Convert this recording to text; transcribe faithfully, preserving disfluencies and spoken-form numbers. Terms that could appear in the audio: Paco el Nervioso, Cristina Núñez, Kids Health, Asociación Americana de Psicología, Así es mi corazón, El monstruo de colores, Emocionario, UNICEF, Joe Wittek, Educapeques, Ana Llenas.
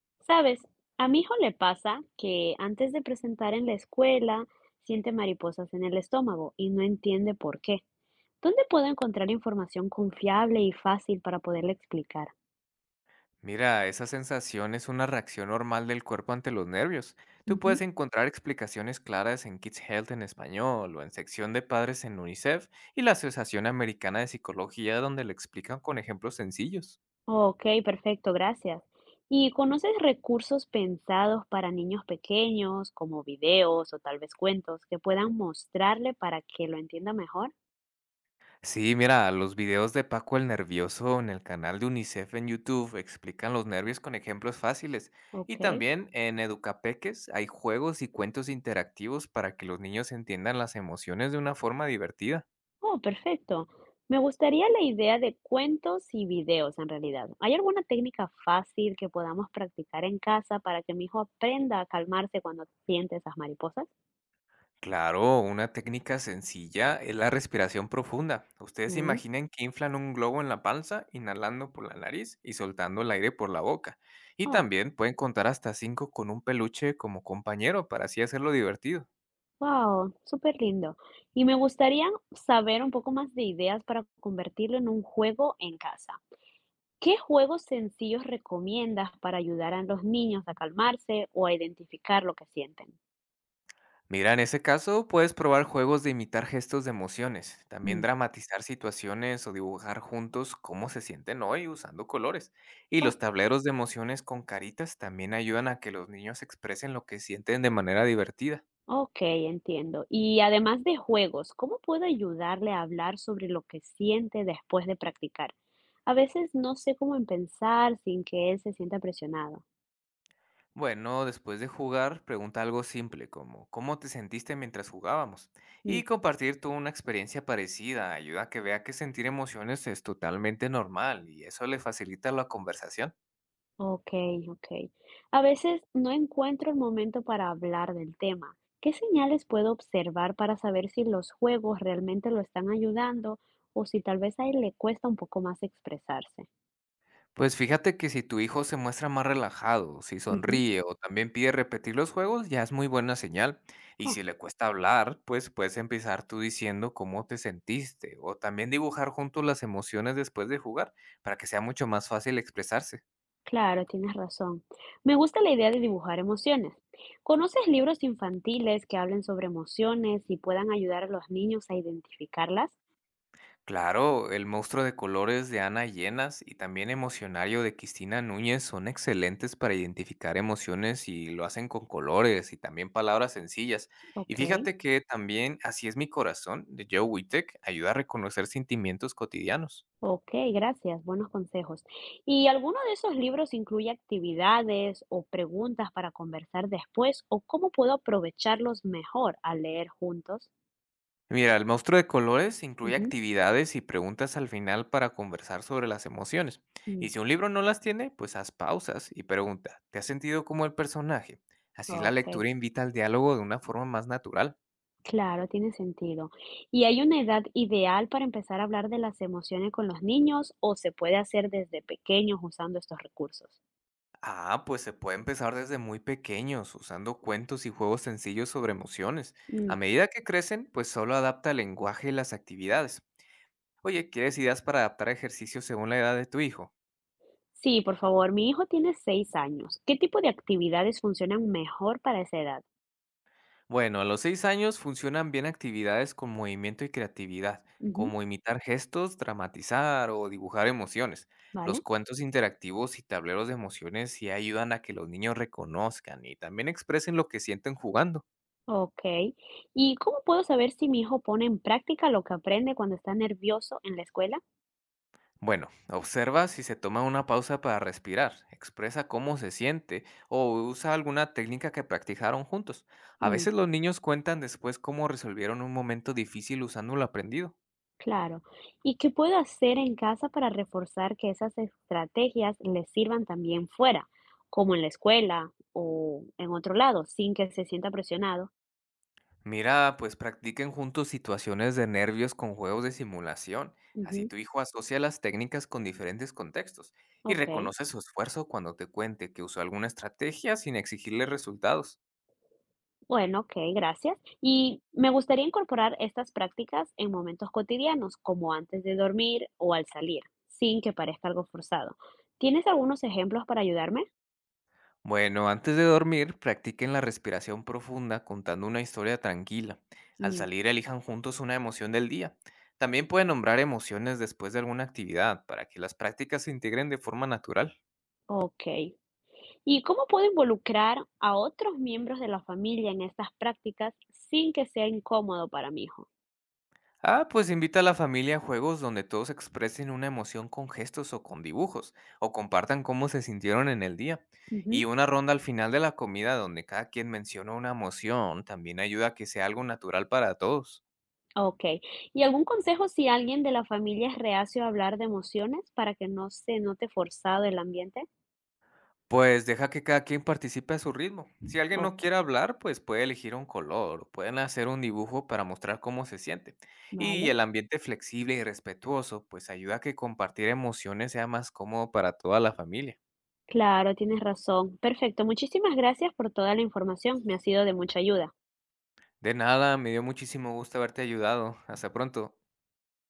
Sabes, a mi hijo le pasa que antes de presentar en la escuela siente mariposas en el estómago y no entiende por qué. ¿Dónde puedo encontrar información confiable y fácil para poderle explicar? Mira, esa sensación es una reacción normal del cuerpo ante los nervios. Tú Ujú. puedes encontrar explicaciones claras en Kids Health en español o en sección de padres en UNICEF y la Asociación Americana de Psicología donde lo explican con ejemplos sencillos. Ok, perfecto, gracias. ¿Y conoces recursos pensados para niños pequeños, como videos o tal vez cuentos, que puedan mostrarle para que lo entienda mejor? Sí, mira, los videos de Paco el Nervioso en el canal de UNICEF en YouTube explican los nervios con ejemplos fáciles. Y Ok. también en Educapeques hay juegos y cuentos interactivos para que los niños entiendan las emociones de una forma divertida. Oh, perfecto. Me gustaría la idea de cuentos y videos en realidad. ¿Hay alguna técnica fácil que podamos practicar en casa para que mi hijo aprenda a calmarse cuando siente esas mariposas? Claro, una técnica sencilla es la respiración profunda. Ustedes se Mm. imaginen que inflan un globo en la panza, inhalando por la nariz y soltando el aire por la boca. Y Oh, también pueden contar hasta cinco con un peluche como compañero para así hacerlo divertido. wow, súper lindo. Y me gustaría saber un poco más de ideas para convertirlo en un juego en casa. ¿Qué juegos sencillos recomiendas para ayudar a los niños a calmarse o a identificar lo que sienten? Mira, en ese caso puedes probar juegos de imitar gestos de emociones, también Mm. dramatizar situaciones o dibujar juntos cómo se sienten hoy usando colores. Y los tableros de emociones con caritas también ayudan a que los niños expresen lo que sienten de manera divertida. Ok, entiendo. Y además de juegos, ¿cómo puedo ayudarle a hablar sobre lo que siente después de practicar? A veces no sé cómo empezar sin que él se sienta presionado. Bueno, después de jugar, pregunta algo simple como: ¿cómo te sentiste mientras jugábamos? Mm, Y compartir tú una experiencia parecida ayuda a que vea que sentir emociones es totalmente normal, y eso le facilita la conversación. ok, ok. A veces no encuentro el momento para hablar del tema. ¿Qué señales puedo observar para saber si los juegos realmente lo están ayudando o si tal vez a él le cuesta un poco más expresarse? Pues fíjate que si tu hijo se muestra más relajado, si Ujú. sonríe o también pide repetir los juegos, ya es muy buena señal. Y Ah, si le cuesta hablar, pues puedes empezar tú diciendo cómo te sentiste o también dibujar juntos las emociones después de jugar, para que sea mucho más fácil expresarse. claro, tienes razón. Me gusta la idea de dibujar emociones. ¿Conoces libros infantiles que hablen sobre emociones y puedan ayudar a los niños a identificarlas? Claro, El monstruo de colores de Ana Llenas y también Emocionario de Cristina Núñez son excelentes para identificar emociones, y lo hacen con colores y también palabras sencillas. Y Ok, fíjate que también Así es mi corazón, de Joe Wittek, ayuda a reconocer sentimientos cotidianos. ok, gracias, buenos consejos. ¿Y alguno de esos libros incluye actividades o preguntas para conversar después o cómo puedo aprovecharlos mejor al leer juntos? Mira, El monstruo de colores incluye Ujú, actividades y preguntas al final para conversar sobre las emociones. mm, Y si un libro no las tiene, pues haz pausas y pregunta: ¿te has sentido como el personaje? Así la ok. lectura invita al diálogo de una forma más natural. Claro, tiene sentido. ¿Y hay una edad ideal para empezar a hablar de las emociones con los niños o se puede hacer desde pequeños usando estos recursos? Ah, pues se puede empezar desde muy pequeños, usando cuentos y juegos sencillos sobre emociones. Mm, A medida que crecen, pues solo adapta el lenguaje y las actividades. Oye, ¿quieres ideas para adaptar ejercicios según la edad de tu hijo? sí, por favor, mi hijo tiene seis años. ¿Qué tipo de actividades funcionan mejor para esa edad? Bueno, a los seis años funcionan bien actividades con movimiento y creatividad, Ujú, como imitar gestos, dramatizar o dibujar emociones. Los ¿vale? cuentos interactivos y tableros de emociones sí ayudan a que los niños reconozcan y también expresen lo que sienten jugando. Ok. ¿Y cómo puedo saber si mi hijo pone en práctica lo que aprende cuando está nervioso en la escuela? Bueno, observa si se toma una pausa para respirar, expresa cómo se siente o usa alguna técnica que practicaron juntos. A veces los niños cuentan después cómo resolvieron un momento difícil usando lo aprendido. Claro. ¿Y qué puedo hacer en casa para reforzar que esas estrategias les sirvan también fuera, como en la escuela o en otro lado, sin que se sienta presionado? Mira, pues practiquen juntos situaciones de nervios con juegos de simulación. Así Ujú, tu hijo asocia las técnicas con diferentes contextos y ok, reconoce su esfuerzo cuando te cuente que usó alguna estrategia, sin exigirle resultados. bueno, ok, gracias. Y me gustaría incorporar estas prácticas en momentos cotidianos, como antes de dormir o al salir, sin que parezca algo forzado. ¿Tienes algunos ejemplos para ayudarme? Bueno, antes de dormir, practiquen la respiración profunda contando una historia tranquila. Al Mm, salir, elijan juntos una emoción del día. También pueden nombrar emociones después de alguna actividad, para que las prácticas se integren de forma natural. ok. ¿Y cómo puedo involucrar a otros miembros de la familia en estas prácticas sin que sea incómodo para mi hijo? Ah, pues invita a la familia a juegos donde todos expresen una emoción con gestos o con dibujos, o compartan cómo se sintieron en el día. Y Ujú, una ronda al final de la comida donde cada quien menciona una emoción también ayuda a que sea algo natural para todos. ok. ¿Y algún consejo si alguien de la familia es reacio a hablar de emociones para que no se note forzado el ambiente? Pues deja que cada quien participe a su ritmo. Si alguien Ok, no quiere hablar, pues puede elegir un color o pueden hacer un dibujo para mostrar cómo se siente. Y vale. el ambiente flexible y respetuoso pues ayuda a que compartir emociones sea más cómodo para toda la familia. Claro, tienes razón. Perfecto. Muchísimas gracias por toda la información. Me ha sido de mucha ayuda. De nada, me dio muchísimo gusto haberte ayudado. Hasta pronto.